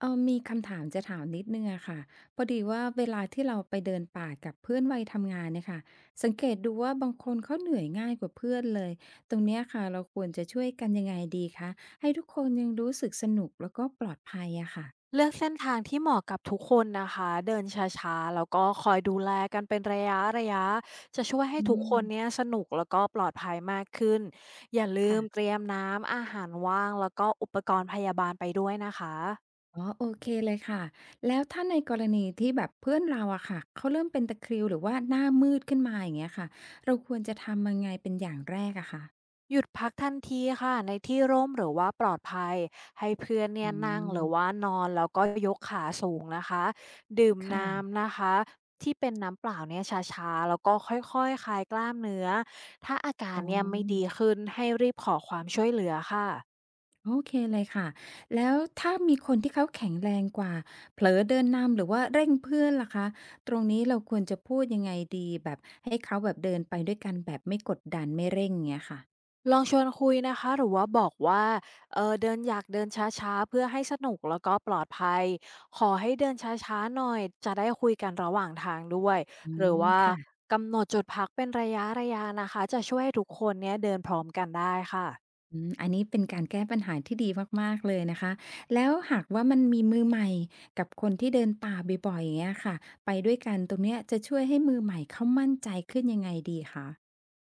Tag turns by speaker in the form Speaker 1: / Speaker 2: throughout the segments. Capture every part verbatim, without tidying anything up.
Speaker 1: เออมีคำถามจะถามนิดนึ่งอะค่ะพอดีว่าเวลาที่เราไปเดินป่ากับเพื่อนวัยทำงานเนี่ยค่ะสังเกตดูว่าบางคนเขาเหนื่อยง่ายกว่าเพื่อนเลยตรงเนี้ยค่ะเราควรจะช่วยกันยังไงดีคะให้ทุกคนยังรู้สึกสนุกแล้วก็ปลอดภัยอะค่ะ
Speaker 2: เลือกเส้นทางที่เหมาะกับทุกคนนะคะเดินช้าๆแล้วก็คอยดูแลกันเป็นระยะๆจะช่วยให้
Speaker 1: อื
Speaker 2: ทุกคนเนี้ย
Speaker 1: ม
Speaker 2: สนุกแล้วก็ปลอดภัยมากขึ้นอย่าลืมเต
Speaker 1: ค่ะ
Speaker 2: รียมน้ำอาหารว่างแล้วก็อุปกรณ์พยาบาลไปด้วยนะคะ
Speaker 1: อ๋อโอเคเลยค่ะแล้วถ้าในกรณีที่แบบเพื่อนเราอะค่ะเขาเริ่มเป็นตะคริวหรือว่าหน้ามืดขึ้นมาอย่างเงี้ยค่ะเราควรจะทำยังไงเป็นอย่างแรกอะคะ
Speaker 2: หยุดพักทันทีค่ะในที่ร่มหรือว่าปลอดภัยให้เพื่อนเนี่
Speaker 1: อื
Speaker 2: ยนั่ง
Speaker 1: ม
Speaker 2: หรือว่านอนแล้วก็ยกขาสูงนะคะดื่ม
Speaker 1: ค่ะ
Speaker 2: น้ำนะคะที่เป็นน้ำเปล่าเนี่ยช้าๆแล้วก็ค่อยๆคคลายกล้ามเนื้อถ้าอาการ
Speaker 1: อ๋อ
Speaker 2: เนี่ยไม่ดีขึ้นให้รีบขอความช่วยเหลือค่ะ
Speaker 1: โอเคเลยค่ะแล้วถ้ามีคนที่เขาแข็งแรงกว่าเผลอเดินนำหรือว่าเร่งเพื่อนล่ะคะตรงนี้เราควรจะพูดยังไงดีแบบให้เขาแบบเดินไปด้วยกันแบบไม่กดดันไม่เร่งเงี้ยค่ะ
Speaker 2: ลองชวนคุยนะคะหรือว่าบอกว่าเออเดินอยากเดินช้าๆเพื่อให้สนุกแล้วก็ปลอดภัยขอให้เดินช้าๆหน่อยจะได้คุยกันระหว่างทางด้วย
Speaker 1: อื
Speaker 2: หรือ
Speaker 1: ม
Speaker 2: ว่า
Speaker 1: ค่ะ
Speaker 2: กำหนดจุดพักเป็นระยะๆนะคะจะช่วยให้ทุกคนเนี้ยเดินพร้อมกันได้ค่ะ
Speaker 1: อืมอันนี้เป็นการแก้ปัญหาที่ดีมากๆเลยนะคะแล้วหากว่ามันมีมือใหม่กับคนที่เดินป่าบ่อยๆอย่างเงี้ยค่ะไปด้วยกันตรงเนี้ยจะช่วยให้มือใหม่เขามั่นใจขึ้นยังไงดีคะ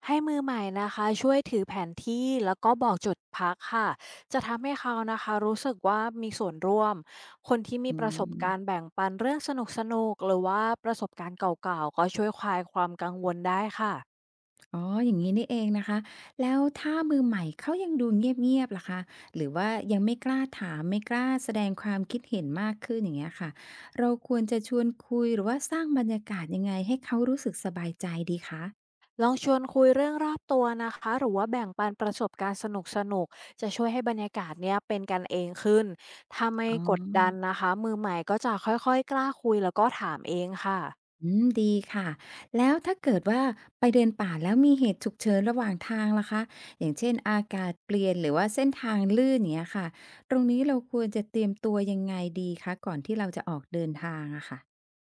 Speaker 2: ให้มือใหม่นะคะช่วยถือแผนที่แล้วก็บอกจุดพักค่ะจะทำให้เขานะคะรู้สึกว่ามีส่วนร่วมคนที่มี
Speaker 1: อื
Speaker 2: ประสบการณ์
Speaker 1: ม
Speaker 2: แบ่งปันเรื่องสนุกสนุกหรือว่าประสบการณ์เก่าๆก็ช่วยคลายความกังวลได้ค่ะ
Speaker 1: อ๋อ อย่างงี้นี่เองนะคะ แล้วถ้ามือใหม่เขายังดูเงียบๆล่ะคะหรือว่ายังไม่กล้าถามไม่กล้าแสดงความคิดเห็นมากขึ้นอย่างเงี้ยค่ะ เราควรจะชวนคุยหรือว่าสร้างบรรยากาศยังไงให้เขารู้สึกสบายใจดีคะ
Speaker 2: ลองชวนคุยเรื่องรอบตัวนะคะหรือว่าแบ่งปันประสบการณ์สนุกสนุกจะช่วยให้บรรยากาศเนี้ยเป็นกันเองขึ้นถ้าไม่
Speaker 1: อ๋อ
Speaker 2: กดดันนะคะมือใหม่ก็จะค่อยๆกล้าคุยแล้วก็ถามเองค่ะ
Speaker 1: อืมดีค่ะ แล้วถ้าเกิดว่าไปเดินป่าแล้วมีเหตุฉุกเฉินระหว่างทางล่ะคะอย่างเช่นอากาศเปลี่ยนหรือว่าเส้นทางลื่นอย่างเงี้ยค่ะตรงนี้เราควรจะเตรียมตัวยังไงดีคะก่อนที่เราจะออกเดินทางอะค่ะ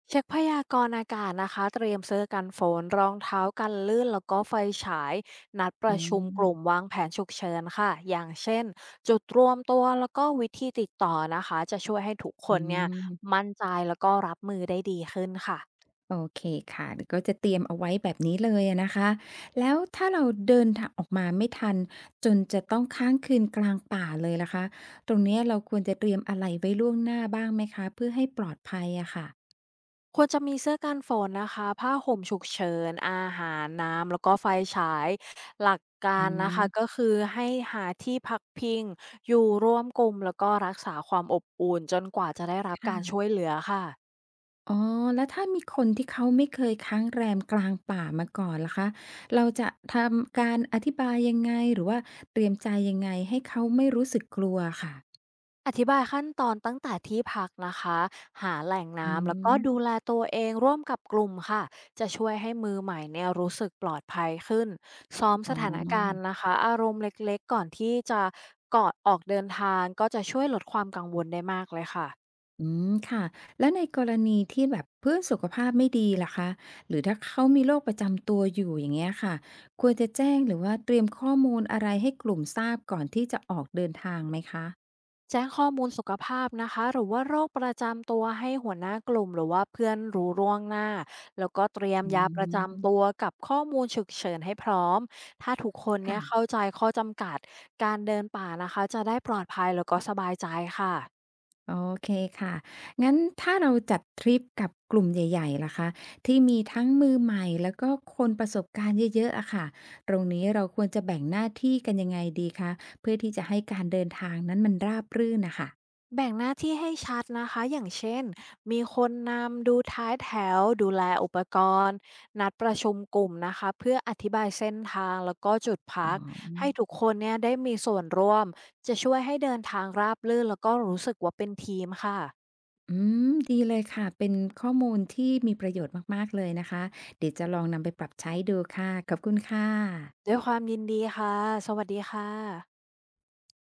Speaker 2: เช็คพยากรณ์อากาศนะคะเตรียมเสื้อกันฝนรองเท้ากันลื่นแล้วก็ไฟฉายนัดป
Speaker 1: อ๋อ
Speaker 2: ระชุมกลุ่มวางแผนฉุกเฉินค่ะอย่างเช่นจุดรวมตัวแล้วก็วิธีติดต่อนะคะจะช่วยให้ทุกค
Speaker 1: อื
Speaker 2: นเนี่ย
Speaker 1: ม
Speaker 2: มั่นใจแล้วก็รับมือได้ดีขึ้นค่ะ
Speaker 1: โอเคค่ะเดี๋ยวก็จะเตรียมเอาไว้แบบนี้เลยอะนะคะแล้วถ้าเราเดินทางออกมาไม่ทันจนจะต้องค้างคืนกลางป่าเลยล่ะคะตรงเนี้ยเราควรจะเตรียมอะไรไว้ล่วงหน้าบ้างไหมคะเพื่อให้ปลอดภัยอะค่ะ
Speaker 2: ควรจะมีเสื้อกันฝนนะคะผ้าห่มฉุกเฉินอาหารน้ำแล้วก็ไฟฉายหลักกา
Speaker 1: อื
Speaker 2: รนะ
Speaker 1: ม
Speaker 2: คะก็คือให้หาที่พักพิงอยู่ร่วมกลุ่มแล้วก็รักษาความอบอุ่นจนกว่าจะได้รับการ
Speaker 1: ค่ะ
Speaker 2: ช่วยเหลือค่ะ
Speaker 1: อ๋อแล้วถ้ามีคนที่เขาไม่เคยค้างแรมกลางป่ามาก่อนล่ะคะเราจะทำการอธิบายยังไงหรือว่าเตรียมใจยังไงให้เขาไม่รู้สึกกลัวค่ะ
Speaker 2: อธิบายขั้นตอนตั้งแต่ที่พักนะคะหาแหล่ง
Speaker 1: อื
Speaker 2: น้ำแล้วก็ดู
Speaker 1: ม
Speaker 2: แลตัวเองร่วมกับกลุ่มค่ะจะช่วยให้มือใหม่เนี่ยรู้สึกปลอดภัยขึ้นซ้อม
Speaker 1: อ๋
Speaker 2: ส
Speaker 1: อ
Speaker 2: ถานการณ์นะคะอารมณ์เล็กๆก่อนที่จะก่อนออกเดินทางก็จะช่วยลดความกังวลได้มากเลยค่ะ
Speaker 1: อืมค่ะแล้วในกรณีที่แบบเพื่อนสุขภาพไม่ดีล่ะคะหรือถ้าเขามีโรคประจำตัวอยู่อย่างเงี้ยค่ะควรจะแจ้งหรือว่าเตรียมข้อมูลอะไรให้กลุ่มทราบก่อนที่จะออกเดินทางไหมคะ
Speaker 2: แจ้งข้อมูลสุขภาพนะคะหรือว่าโรคประจำตัวให้หัวหน้ากลุ่มหรือว่าเพื่อนรู้ล่วงหน้าแล้วก็เตรียม
Speaker 1: อื
Speaker 2: ยาประจำ
Speaker 1: ม
Speaker 2: ตัวกับข้อมูลฉุกเฉินให้พร้อมถ้าทุกคนเนี่ยเข้า
Speaker 1: ค่ะ
Speaker 2: ใจข้อจำกัดการเดินป่านะคะจะได้ปลอดภัยแล้วก็สบายใจค่ะ
Speaker 1: โอเคค่ะงั้นถ้าเราจัดทริปกับกลุ่มใหญ่ๆล่ะคะที่มีทั้งมือใหม่แล้วก็คนประสบการณ์เยอะๆอะค่ะตรงนี้เราควรจะแบ่งหน้าที่กันยังไงดีคะเพื่อที่จะให้การเดินทางนั้นมันราบรื่นน่ะค่ะ
Speaker 2: แบ่งหน้าที่ให้ชัดนะคะอย่างเช่นมีคนนำดูท้ายแถวดูแลอุปกรณ์นัดประชุมกลุ่มนะคะเพื่ออธิบายเส้นทางแล้วก็จุด
Speaker 1: อ๋
Speaker 2: พักให้
Speaker 1: อ
Speaker 2: ทุกคนเนี่ยได้มีส่วนร่วมจะช่วยให้เดินทางราบรื่นแล้วก็รู้สึกว่าเป็นทีมค่ะ
Speaker 1: อืมดีเลยค่ะ เป็นข้อมูลที่มีประโยชน์มากๆเลยนะคะ เดี๋ยวจะลองนำไปปรับใช้ดูค่ะ ขอบคุณค่ะ
Speaker 2: ด้วยความยินดีค่ะสวัสดีค่ะ